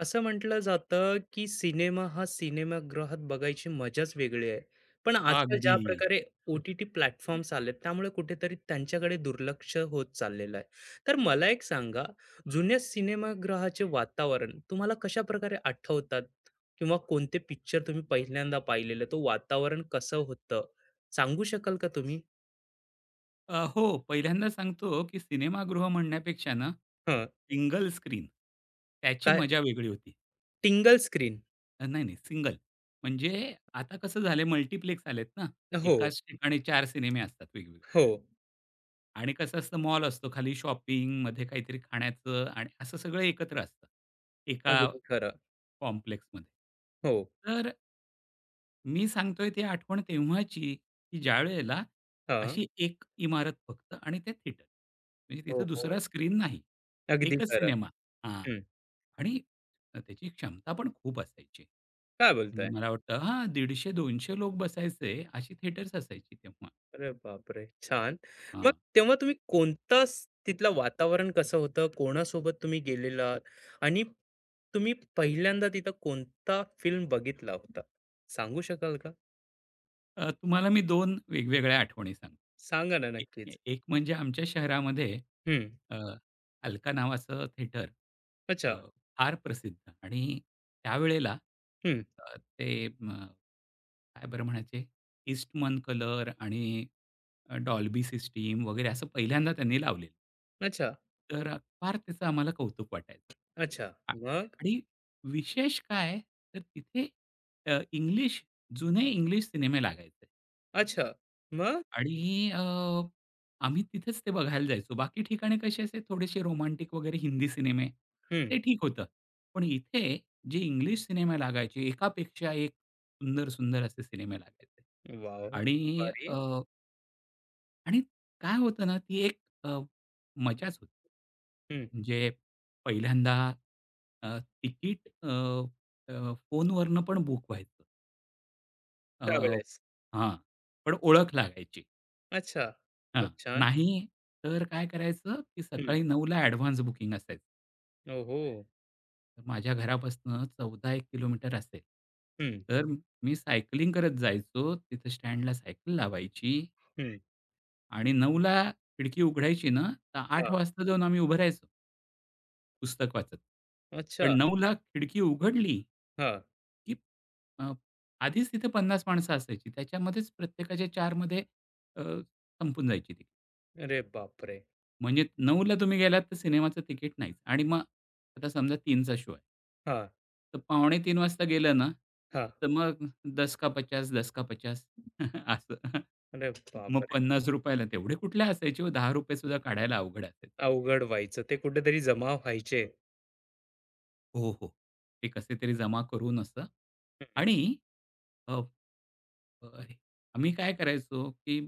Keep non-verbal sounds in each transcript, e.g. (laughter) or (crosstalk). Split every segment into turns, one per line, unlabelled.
असं म्हटलं जातं, की सिनेमा हा सिनेमागृहात बघायची मजाच वेगळी आहे. पण आजकाल ज्या
अगदी.
प्रकारे ओ-टी-टी प्लॅटफॉर्म्स आलेत, त्यामुळे कुठेतरी त्यांच्याकडे दुर्लक्ष होत चाललेलं आहे. तर मला एक सांगा, जुन्या सिनेमागृहाचे वातावरण तुम्हाला कशाप्रकारे आठवतात? किंवा कोणते पिक्चर तुम्ही पहिल्यांदा पाहिलेलं, तो वातावरण कसं होतं? सांगू शकाल का तुम्ही?
हो, पहिल्यांदा सांगतो, की सिनेमागृह म्हणण्यापेक्षा ना,
हं,
सिंगल स्क्रीन त्याची
काय?
मजा वेगळी होती.
Single screen.
नाही, नाही सिंगल. म्हणजे आता कसं झालंय मल्टिप्लेक्स आलेत ना.
हो,
एकाच ठिकाणी 4 सिनेमे असतात वेगवेगळे
हो.
आणि कसं असतं मॉल असतो खाली शॉपिंग, मध्ये काहीतरी खाण्याचं आणि असं सगळं एकत्र असतं, एका
अगदी खरं.
कॉम्प्लेक्समध्ये.
हो.
तर मी सांगतोय ती आठवण तेव्हाची, की ज्यावेळेला
हां.
अशी एक इमारत फक्त आणि ते थिएटर. म्हणजे
हो,
तिथं दुसरा
हो.
स्क्रीन नाही.
अगदी
एकच
खरं.
सिनेमा. हां.
हं.
आणि त्याची क्षमता पण खूप असायची.
काय
म्हणजे
बोलताय?
मला वाटतं हां, 150-200 लोक बसायचे, अशी थिएटर्स असायची तेव्हा.
अरे बापरे! छान. मग
हां.
तेव्हा तुम्ही कोणता स तिथलं वातावरण कसं होतं? कोणासोबत तुम्ही गेलेलात? आणि तुम्ही पहिल्यांदा तिथं कोणता फिल्म बघितला होता? सांगू शकाल का?
तुम्हाला मी दोन वेगवेगळ्या आठवणी सांगतो.
सांगा ना
एक
नक्कीच.
एक म्हणजे आमच्या शहरामध्ये
हं.
अ, अल्का नावाचं थिएटर अ,
अच्छा.
फार प्रसिद्ध आणि त्यावेळेला
हं.
अ, ते अ, काय बरं म्हणायचे? ईस्टमन कलर आणि डॉल्बी सिस्टीम वगैरे असं पहिल्यांदा त्यांनी लावलेलं.
अच्छा.
तर फार त्याचं आम्हाला कौतुक वाटायचं.
अच्छा.
आ
मग?
आणि विशेष काय, तर तिथे अ, इंग्लिश जुने इंग्लिश सिनेमे लागायचे.
अच्छा. मग?
आणि आम्ही तिथेच ते बघायला जायचो. बाकी ठिकाणी कसे असे थोडेसे रोमांटिक वगैरे हिंदी सिनेमे, ते
हं.
ठीक होतं. पण इथे जे इंग्लिश सिनेमे लागायचे, एकापेक्षा एक सुंदर, सुंदर असे सिनेमे लागायचे.
वॉव!
आणि
भारी.
आणि काय होतं ना, ती एक मजाच होती.
हं.
म्हणजे पहिल्यांदा अ, तिकीट अ, अ, फोनवरनं पण बुक व्हायचं. अ,
त्यावेळेस.
हां, पण ओळख लागायची.
अच्छा.
हां.
खूप छान.
नाही, तर काय करायचं, की
हं.
सकाळी 9:00ला ॲडव्हान्स बुकिंग असायचं.
ओहो!
तर माझ्या घरापासून 14-1 किलोमीटर असेल.
हं,
तर मी सायकलिंग करत जायचो. तिथं स्टँडला सायकल लावायची
हं.
आणि 9:00ला खिडकी उघडायची ना, तर आठ
हां.
वाजता जाऊन आम्ही उभं राहायचो, पुस्तक वाचत.
अच्छा.
पण 9:00ला खिडकी उघडली,
हां.
की अ, आधीच तिथे 50 माणसं असायची. त्याच्यामध्येच प्रत्येकाच्या 4 अ, संपून जायची ती.
अरे बापरे!
म्हणजे 9:00ला तुम्ही गेलात तर सिनेमाचं तिकीट नाहीच आणि मग आता समजा 3चा शो आहे.
हां,
तर पावणे 3 वाजता गेलं ना,
हां.
तर मग 10 का 50, 10 का 50 (laughs) असं.
अरे (laughs)
मग
बापरे!
₹50 ला तेवढे कुठले असायचे हो ₹10 सुद्धा काढायला अवघड असायचं तेव्हा.
अवघड व्हायचं. ते कुठेतरी जमा व्हायचे.
हो, हो. ते कसे तरी जमा करून असं
हं.
आणि अ, अ, आम्ही काय करायचो, की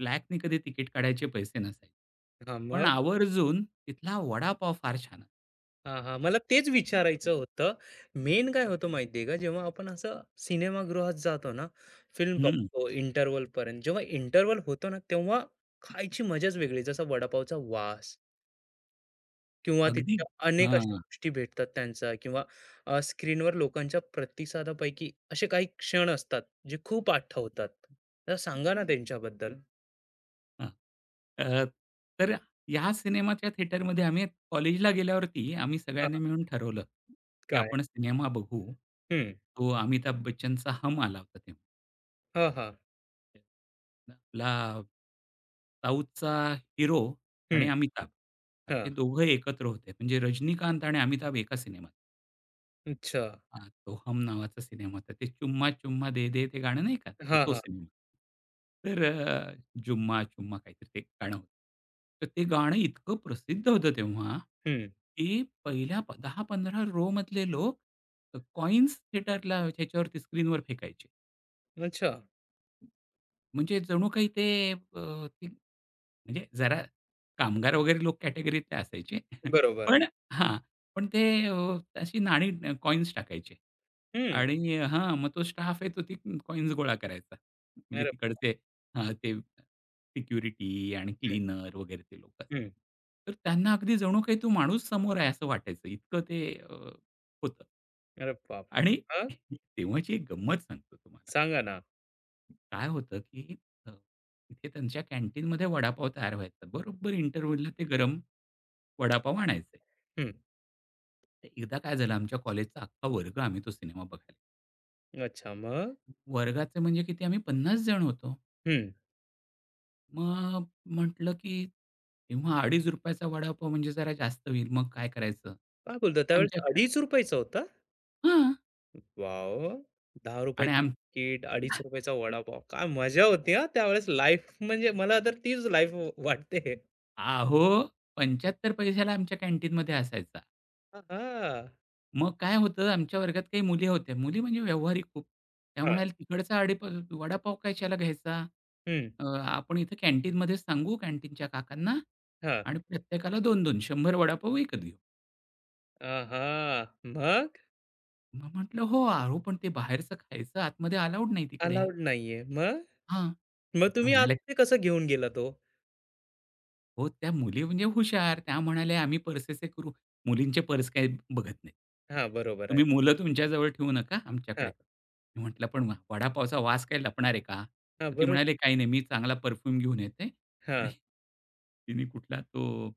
ब्लॅकनी कधी तिकीट काढायचे पैसे नसायचे.
हां,
पण
मग?
आवर्जून तिथला वडापाव फार छान
हां, हां. मला तेच विचारायचं होतं. मेन काय होतं माहिती आहे का, जेव्हा आपण असं सिनेमागृहात जातो ना, फिल्म बघतो इंटरव्हलपर्यंत. जेव्हा इंटरव्हल होतो ना, तेव्हा खायची मजाच वेगळी. जसा वडापावचा वास किंवा
अगदी.
तिथल्या अनेक
हां,
अशा
हां.
गोष्टी भेटतात त्यांचा किंवा स्क्रीनवर लोकांच्या प्रतिसादापैकी असे काही क्षण असतात, जे खूप आठवतात. तर सांगा ना त्यांच्याबद्दल?
अ, तर या सिनेमाच्या थिएटरमध्ये आम्ही कॉलेजला गेल्यावरती आम्ही सगळ्यांनी मिळून ठरवलं, की
काय?
आपण सिनेमा बघू.
हं.
तो अमिताभ बच्चनचा "हम" आला होता तेव्हा.
हां, हां.
आपला साऊथचा हिरो आणि
हं.
अमिताभ असे
हां.
दोघं एकत्र होते. म्हणजे रजनीकांत आणि अमिताभ एका सिनेमात.
अच्छा.
हां, तो हम नावाचा सिनेमा होता. ते चुम्मा चुम्मा दे दे ते गाणं नाही का? तो
हां,
तो
हां.
सिनेमा. तर जुम्मा चुम्मा काहीतरी ते गाणं होतं. तर ते गाणं इतकं प्रसिद्ध होतं तेव्हा,
हं.
की पहिल्या 10-15 रो मधले लोक कॉइन्स थिएटरला ह्याच्यावरती स्क्रीनवर फेकायचे.
अच्छा.
म्हणजे जणू काही ते अ, ते म्हणजे जरा कामगार वगैरे लोक कॅटेगरीतले असायचे. (laughs)
बरोबर.
पण हां, पण अशी नाणी कॉइन्स टाकायचे
हं.
आणि हां, मग तो स्टाफ आहे तो ती कॉइन्स गोळा करायचा. म्हणजे
अरे
तिकडचे हां, ते सिक्युरिटी आणि क्लीनर वगैरे ते लोकं.
हं.
तर त्यांना अगदी जणू काही तो माणूस समोर आहे असं वाटायचं इतकं ते अ, होतं.
अरे बापरे!
आणि
हां,
(laughs) तेव्हाची एक गंमत सांगतो तुम्हाला.
सांगा ना.
काय होतं, की तिथे त्यांच्या कॅन्टीनमध्ये वडापाव तयार व्हायचा. बरोबर इंटरव्हलला ते गरम वडापाव आणायचे.
हं.
तर एकदा काय झालं आमच्या कॉलेजचा अख्खा वर्ग आम्ही तो सिनेमा बघायला.
अच्छा मग?
गेलो. वर्गाचे म्हणजे किती आम्ही 50 जण होतो.
हं.
मग म्हटलं, की तेव्हा ₹2.50 चा वडापाव म्हणजे जरा जास्त होईल. मग काय करायचं?
काय बोलता त्यावेळेस
आमच्या
₹2.50 चा होता?
हां.
वॉव! ₹10 ची
आणि आम
तिकीट, ₹2.50 चा वडापाव. काय मजा होती हां, त्यावेळेस लाईफ म्हणजे मला तर तीच लाईफ वाटते.
अहो 75 पैशाला आमच्या कॅन्टीनमध्ये असायचा.
हां, हां.
मग काय होतं, आमच्या वर्गात काही मुली होत्या. मुली म्हणजे व्यावहारिक खूप. त्या
हां.
म्हणाल्या, "तिकडचा अडीप वडापाव कशाला घ्यायचा?
हं.
आपण इथं कॅन्टीनमध्येच सांगू कॅन्टीनच्या काकांना
हां.
आणि प्रत्येकाला दोन 2 शंभर वडापाव विकत घेऊ."
आहा! मग
मग म्हटलं, "हो, अहो, पण ते बाहेरचं खायचं आतमध्ये अलाउड नाही तिकडे."
अलाउड नाहीये. मग?
हां. तर
मग
त्या
तुम्ही आत
म्हणाल्या,
ते कसं घेऊन गेलात ओ?
हो, त्या मुली म्हणजे हुशार. त्या म्हणाल्या, "आम्ही पर्सेस करू. मुलींचे पर्स काही बघत नाहीत.
हां, बरोबर आहे.
तुम्ही मुलं तुमच्याजवळ ठेवू नका, आमच्याकडे
हां,
करा." मी म्हटलं, "पण वडापावचा वास काही लपणार आहे का?"
हां,
तर ती
बरोबर.
म्हणाली, "काही नाही, मी चांगला परफ्यूम घेऊन येते." आणि
हां.
तिने कुठला तो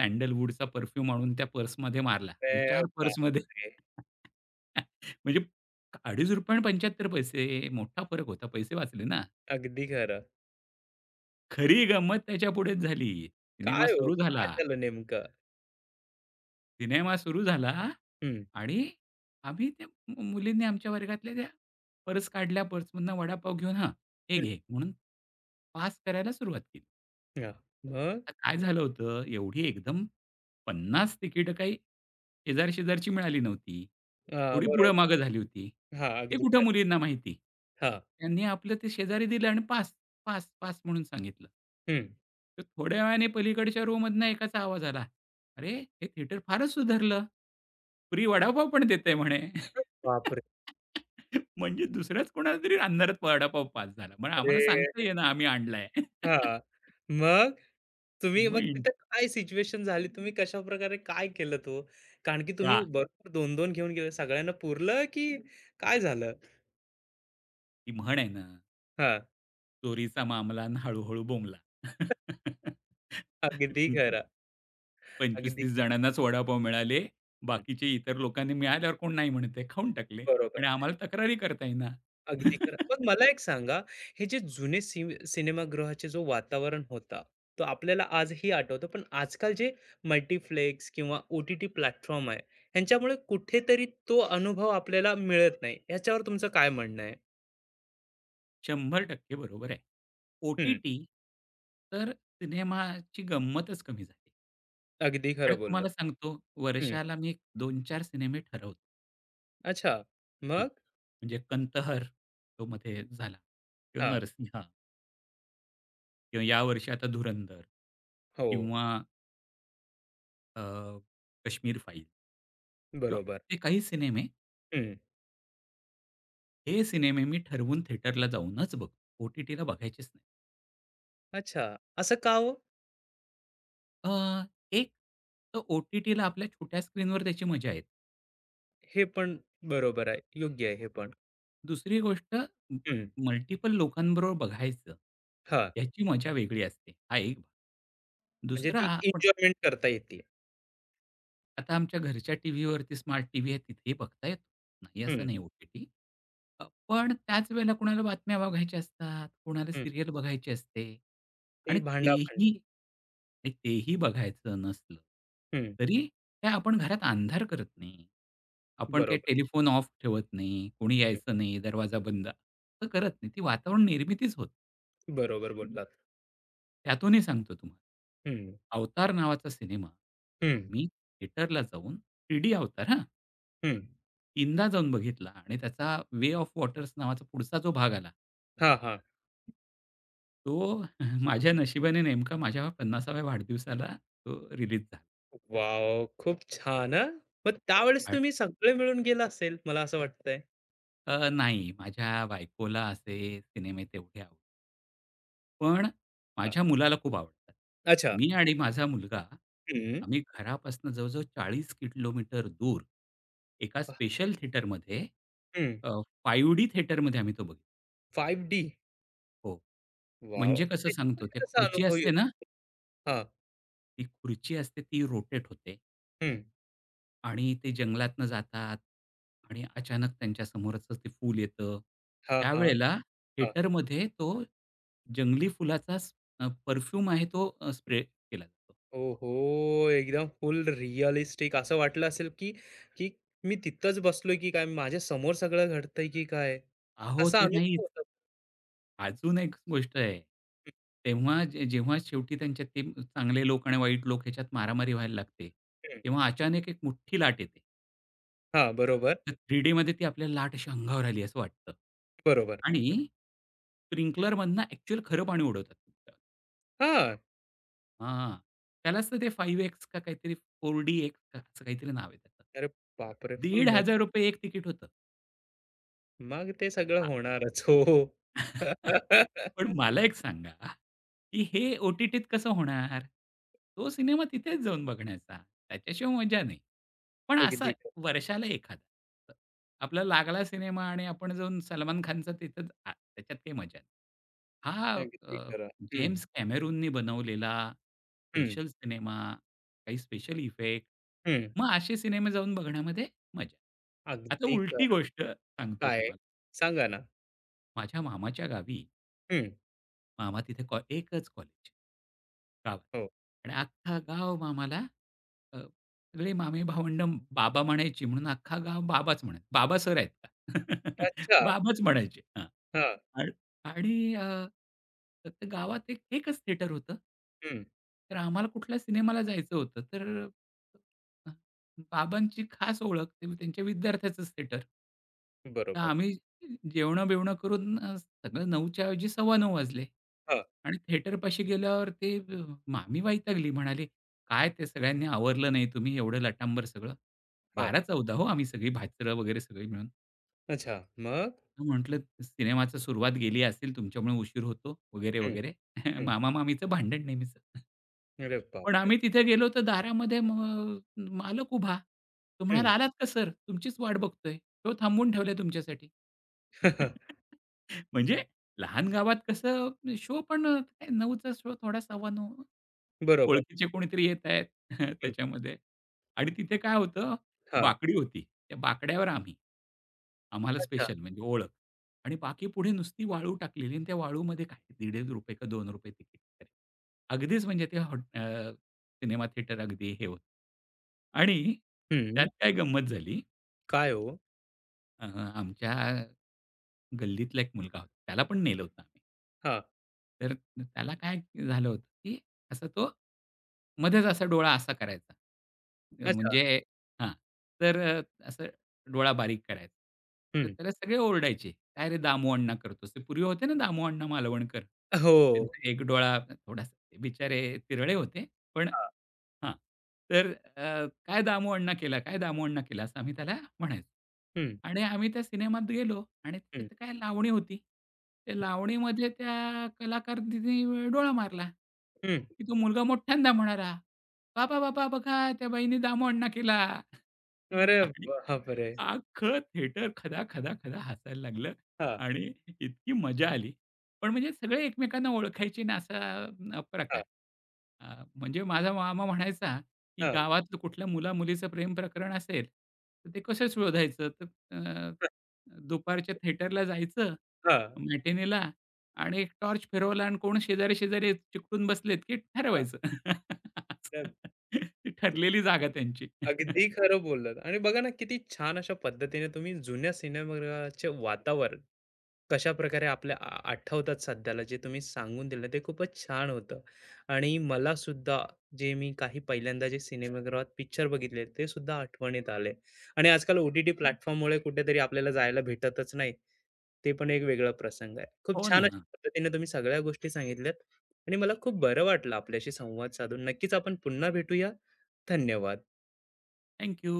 सॅन्डलवूडचा परफ्यूम आणून त्या पर्समध्ये मारला आणि
अरे
4 पर्समध्ये
बापरे!
(laughs) म्हणजे ₹2.50 आणि 75 मोठा फरक होता. पैसे वाचले ना.
अगदी खरं.
खरी गंमत त्याच्यापुढेच झाली. सिनेमा
काय हो,
सुरू
काय
झाला.
झालं नेमकं?
सिनेमा सुरू झाला
हं,
आणि आम्ही त्या मु मुलींनी आमच्या वर्गातल्या त्या पर्स काढल्या, पर्समधनं वडापाव घेऊन हां, हे
हं.
घे म्हणून पास करायला सुरुवात केली.
हां. मग?
तर काय झालं होतं, एवढी एकदम पन्नास तिकीटं काही शेजार-शेजारची मिळाली नव्हती.
हां,
थोडी
बरोबर.
पुढं-मागं झाली होती.
हां,
ते
अगदी
कुठं
खरं.
मुलींना माहिती.
हां.
त्यांनी आपलं ते शेजारी दिलं आणि पास, पास, पास म्हणून सांगितलं.
हं.
तर थोड्या वेळाने पलीकडच्या रोमधनं एकाचा आवाज आला, "अरे, हे थिएटर फारच सुधारलं. फ्री वडापाव पण देतंय म्हणे."
बापरे!
(laughs) म्हणजे दुसऱ्याच कोणाला तरी अंधारात वडापाव पास झाला. मग आम्हाला सांगता
अरे
येईना आम्ही आणलाय. (laughs)
हां. मग तुम्ही
मग
मग
इन
तिथं काय सिच्युएशन झाली? तुम्ही कशाप्रकारे काय केलं तो? कारण की
का
तुम्ही बरोबर 2-2 घेऊन गेले. सगळ्यांना पुरलं की काय झालं?
ती म्हण आहे ना,
हां,
"चोरीचा मामला अन् हळू बोंबला."
अगदी
(laughs)
खरं. अगदी.
25-30 जणांनाच वडापाव मिळाले.
हं,
बाकीचे इतर लोकांनी मिळाल्यावर कोण नाही म्हणतंय, खाऊन टाकले
बरोबर.
आणि आम्हाला तक्रारी करता येईना.
अगदी खरं. मग मला एक
(laughs)
सांगा, हे जे जुने सिनेमागृहाचे जो वातावरण होता, तो आपल्याला आजही आठवतो. पण आजकाल जे मल्टीप्लेक्स किंवा ओ-टी-टी प्लॅटफॉर्म आहे, ह्यांच्यामुळे कुठेतरी तो अनुभव आपल्याला मिळत नाही. ह्याच्यावर तुमचं काय म्हणणं आहे?
शंभर टक्के बरोबर आहे.
हं,
ओ-टी-टी तर सिनेमाची गंमतच कमी झाली
अगदी
आणि
खरं
तुम्हाला
बोललात.
सांगतो
हं,
वर्षाला मी 2-4 सिनेमे ठरवतो.
अच्छा.
हां,
मग?
म्हणजे कंतहर तो मध्ये झाला किंवा
हां,
नरसिंहा किंवा यावर्षी आता धुरंधर
हो,
किंवा अ, काश्मीर फाईल किंवा
बरोबर.
ते काही सिनेमे
हं,
हे सिनेमे मी ठरवून थिएटरला जाऊनच बघतो. ओ-टी-टीला बघायचेच नाही.
अच्छा. असं का हो?
अ, एक तर ओ-टी-टीला आपल्या छोट्या स्क्रीनवर त्याची मजा येते.
हे पण बरोबर आहे. योग्य आहे हे पण.
दुसरी गोष्ट,
हं,
मल्टिपल लोकांबरोबर बघायचं,
हां.
याची मजा वेगळी असते. हा एक भाग.
म्हणजे
दुसरा
ती
आपण
एन्जॉयमेंट करता येते.
आता आमच्या घरच्या टीव्हीवरती स्मार्ट टीव्ही आहे तिथेही बघता येतो. नाही असं
हं,
नाही ओ-टी-टी. पण त्याच वेळेला कोणाला बातम्या बघायच्या असतात, कोणाला
हं.
सीरियल बघायची असते
ती
आणि
भांडा
तेही आणि तेही बघायचं नसलं,
हं,
तरी काय आपण घरात अंधार करत नाही. आपण काही
बरोबर,
टेलिफोन ऑफ ठेवत नाही, कोणी
हं,
यायचं नाही, दरवाजा बंद. असं करत नाही. ती वातावरण निर्मितीच होते.
बरोबर बोललात.
त्यातूनही सांगतो तुम्हाला.
हं,
अवतार नावाचा सिनेमा
हं,
मी थिएटरला जाऊन 3D अवतार हां,
हं.
तीनदा जाऊन बघितला आणि त्याचा वे ऑफ वॉटर्स नावाचा पुढचा जो भाग आला,
हां, हां.
तो (laughs) माझ्या नशिबाने नेमका माझ्या 50व्या वाढदिवसाला तो रिलीज झाला.
वॉव! खूप छान हां. मग त्यावेळेस
आ-
तुम्ही सगळे मिळून गेला असेल, मला असं वाटतंय.
नाही माझ्या बायकोला असे सिनेमे तेवढे पण
हां,
माझ्या मुलाला खूप आवडतात.
अच्छा.
मी आणि माझा मुलगा
हं,
आम्ही घरापासून जवळ-जवळ 40 किलोमीटर दूर एका
वाह!
स्पेशल थिएटरमध्ये
हं,
अ, 5D थिएटरमध्ये आम्ही तो बघितला.
5D
हो.
वाव
म्हणजे कसं सांगतो
त्याच्यामध्ये
त्या
कसा
खुर्ची
अनुभव
असते
येईल?
ना,
हां,
ती खुर्ची असते ती रोटेट होते
हं.
आणि ते जंगलातनं जातात आणि अचानक त्यांच्या समोरच ते फूल येतं.
हां, हां,
त्यावेळेला
हां.
थिएटरमध्ये तो जंगली फुलाचा परफ्यूम आहे तो स्प्रे केला जातो.
ओहो! एकदम फुल रिअलिस्टिक असं वाटलं असेल, की की मी तिथंच बसलोय की काय? माझ्या समोर सगळं घडतंय की काय?
अहो,
कसा
ते नाहीच.
अनुभव होता?
अजून एक गोष्ट आहे. तेव्हा जेव्हा शेवटी त्यांच्यात ते चांगले लोक आणि वाईट लोक ह्याच्यात मारामारी व्हायला लागते,
हं, हं.
तेव्हा अचानक एक मोठी लाट येते.
हां, बरोबर,
तर 3Dमध्ये ती आपल्याला लाट अशी अंगावर आली असं वाटतं.
बरोबर.
आणि स्प्रिंकलरमधनं ॲक्चुअल खरं पाणी उडवतात.
हा
हां. त्यालाच तर ते 5X का काहीतरी 4DX का असं काहीतरी नाव आहे त्याचं.
अरे बापरे! फुल मज
₹1,500 एक तिकीट होतं.
मग ते सगळं होणारच. हो. हो.
(laughs) पण
(laughs)
मला एक सांगा, की हे ओ-टी-टीत कसं होणार? तो सिनेमा तिथेच जाऊन बघण्याचा. त्याच्याशिवाय मजा नाही. पण असा
अगदी खरं,
वर्षाला एखादा. आपला लागला सिनेमा आणि आपण जाऊन सलमान खानचा तिथंच त्याच्यात काही मजा नाही. हा
अगदी
अ,
खरं. हं,
जेम्स कॅमेरूननी बनवलेला
हं,
स्पेशल सिनेमा, काही स्पेशल इफेक्ट,
हं.
मग असे सिनेमे जाऊन बघण्यामध्ये मजा. आता
अगदी
उलटी
खरं.
गोष्ट सांगतो
काय?
तुम्हाला.
सांगा ना.
माझ्या मामाच्या गावी
हं.
मामा तिथे एकच कॉलेज गावात
हो.
आणि अख्खा गाव मामाला अ, सगळे मामे भावंडं बाबा म्हणायची म्हणून अख्खा गाव बाबाच म्हणायचं. बाबा सर आहेत का? (laughs)
अच्छा.
बाबाच म्हणायचे. हां.
हां.
आणि आणि तर ते गावात एकच थिएटर होतं.
हं.
तर आम्हाला कुठल्या सिनेमाला जायचं होतं. तर अ, बाबांची खास ओळख ते त्यांच्या विद्यार्थ्याचंच थिएटर. तर
बरोबर.
आम्ही जेवणं-बिवणं करून सगळं 9च्या ऐवजी 9:15 वाजले
हां,
आणि थिएटरपाशी गेल्यावर मामी वैतागली. म्हणाली, "काय ते सगळ्यांनी आवरलं नाही तुम्ही एवढं लटांबर सगळं?"
हां.
12-14 हो आम्ही सगळी भाचरं वगैरे सगळी मिळून.
अच्छा. मग?
म्हटलं, "सिनेमाची सुरुवात गेली असेल तुमच्यामुळे उशीर होतो" वगैरे,
हं,
वगैरे. (laughs)
हं.
मामा-मामीचं भांडण नेहमीचं.
अरे
पण
बापरे!
आम्ही तिथे गेलो तर दारामध्ये मग मालक उभा. तो म्हणाला,
हं.
"आलात का सर? तुमचीच वाट बघतोय. तो थांबवून ठेवलाय तुमच्यासाठी."
(laughs)
(laughs) म्हणजे लहान गावात कसं शो पण काय 9चा शो थोडा 9:15
बरोबर.
ओळखीचे कोणीतरी येत आहेत (laughs)
हं.
त्याच्यामध्ये आणि तिथे काय होतं,
हां.
बाकडी होती. त्या बाकड्यावर आम्ही, आम्हाला
अच्छा.
स्पेशल म्हणजे ओळख आणि बाकी पुढे नुसती वाळू टाकलेली आणि त्या वाळूमध्ये काय ₹1.50 का ₹2 तिकीट वगैरे. अगदीच म्हणजे ते हॉट सिनेमा थिएटर अगदी हे होतं आणि त्यात
हं.
काय गंमत झाली.
काय हो?
अ, आमच्या गल्लीतला एक मुलगा होता. त्याला पण नेलं होतं आम्ही.
हां.
तर त्याला काय झालं होतं, की असा तो मध्येच असा डोळा असा करायचा. अ,
अच्छा.
म्हणजे हां, तर अ, असं डोळा बारीक करायचा. तर
हं.
त्याला सगळे ओरडायचे, "काय रे दामू अण्णा करतोस?" ते पूर्वी होते ना दामू अण्णा मालवणकर.
हो.
त्यांचा एक डोळा थोडासा ते बिचारे तिरळे होते. पण
हां.
हां. तर "काय दामू अण्णा केला? काय दामू अण्णा केला?" असं आम्ही त्याला म्हणायचो.
हं,
आणि आम्ही त्या सिनेमात गेलो आणि
हं,
तिथे काय लावणी होती. त्या लावणीमध्ये त्या कलाकारांनी डोळा मारला,
हं.
की तो मुलगा मोठ्यांदा म्हणाला, "बाबा, बाबा बघा त्या बाईने दामू अण्णा केला."
अरे
आणि
बापरे!
अख्खं थिएटर खदा-खदा-खदा हसायला लागलं
हां,
आणि इतकी मजा आली. पण म्हणजे सगळे एकमेकांना ओळखायचे ना असा प्रकार.
हां,
म्हणजे माझा मामा म्हणायचा, की गावातलं कुठल्या मुला-मुलीचं प्रेम प्रकरण असेल, तर ते कसं शोधायचं? तर अ, दुपारच्या थिएटरला जायचं,
हां,
मॅटिनीला आणि एक टॉर्च फिरवला आणि कोण शेजारी-शेजारी चिकटून बसलेत, की
हां.
ठरवायचं.
(unintelligible) तर
(laughs) ती ठरलेली जागा त्यांची.
अगदी खरं बोललात आणि बघा ना किती छान अशा पद्धतीने तुम्ही जुन्या सिनेमाघराचे वातावरण कशा प्रकारे आपल्या आठवतात सध्याला जे तुम्ही सांगून दिलं ते खूपच छान होतं आणि मला सुद्धा जे मी काही पहिल्यांदा जे सिनेमागृहात पिक्चर बघितले ते सुद्धा आठवणीत आले आणि आजकाल ओ टी टी प्लॅटफॉर्ममुळे कुठेतरी आपल्याला जायला भेटतच नाही ते पण एक वेगळा प्रसंग आहे खूप
हो
छान अशा
ना.
पद्धतीने तुम्ही सगळ्या गोष्टी सांगितल्यात आणि मला खूप बरं वाटलं आपल्याशी संवाद साधून नक्कीच आपण पुन्हा भेटूया धन्यवाद
थँक यू.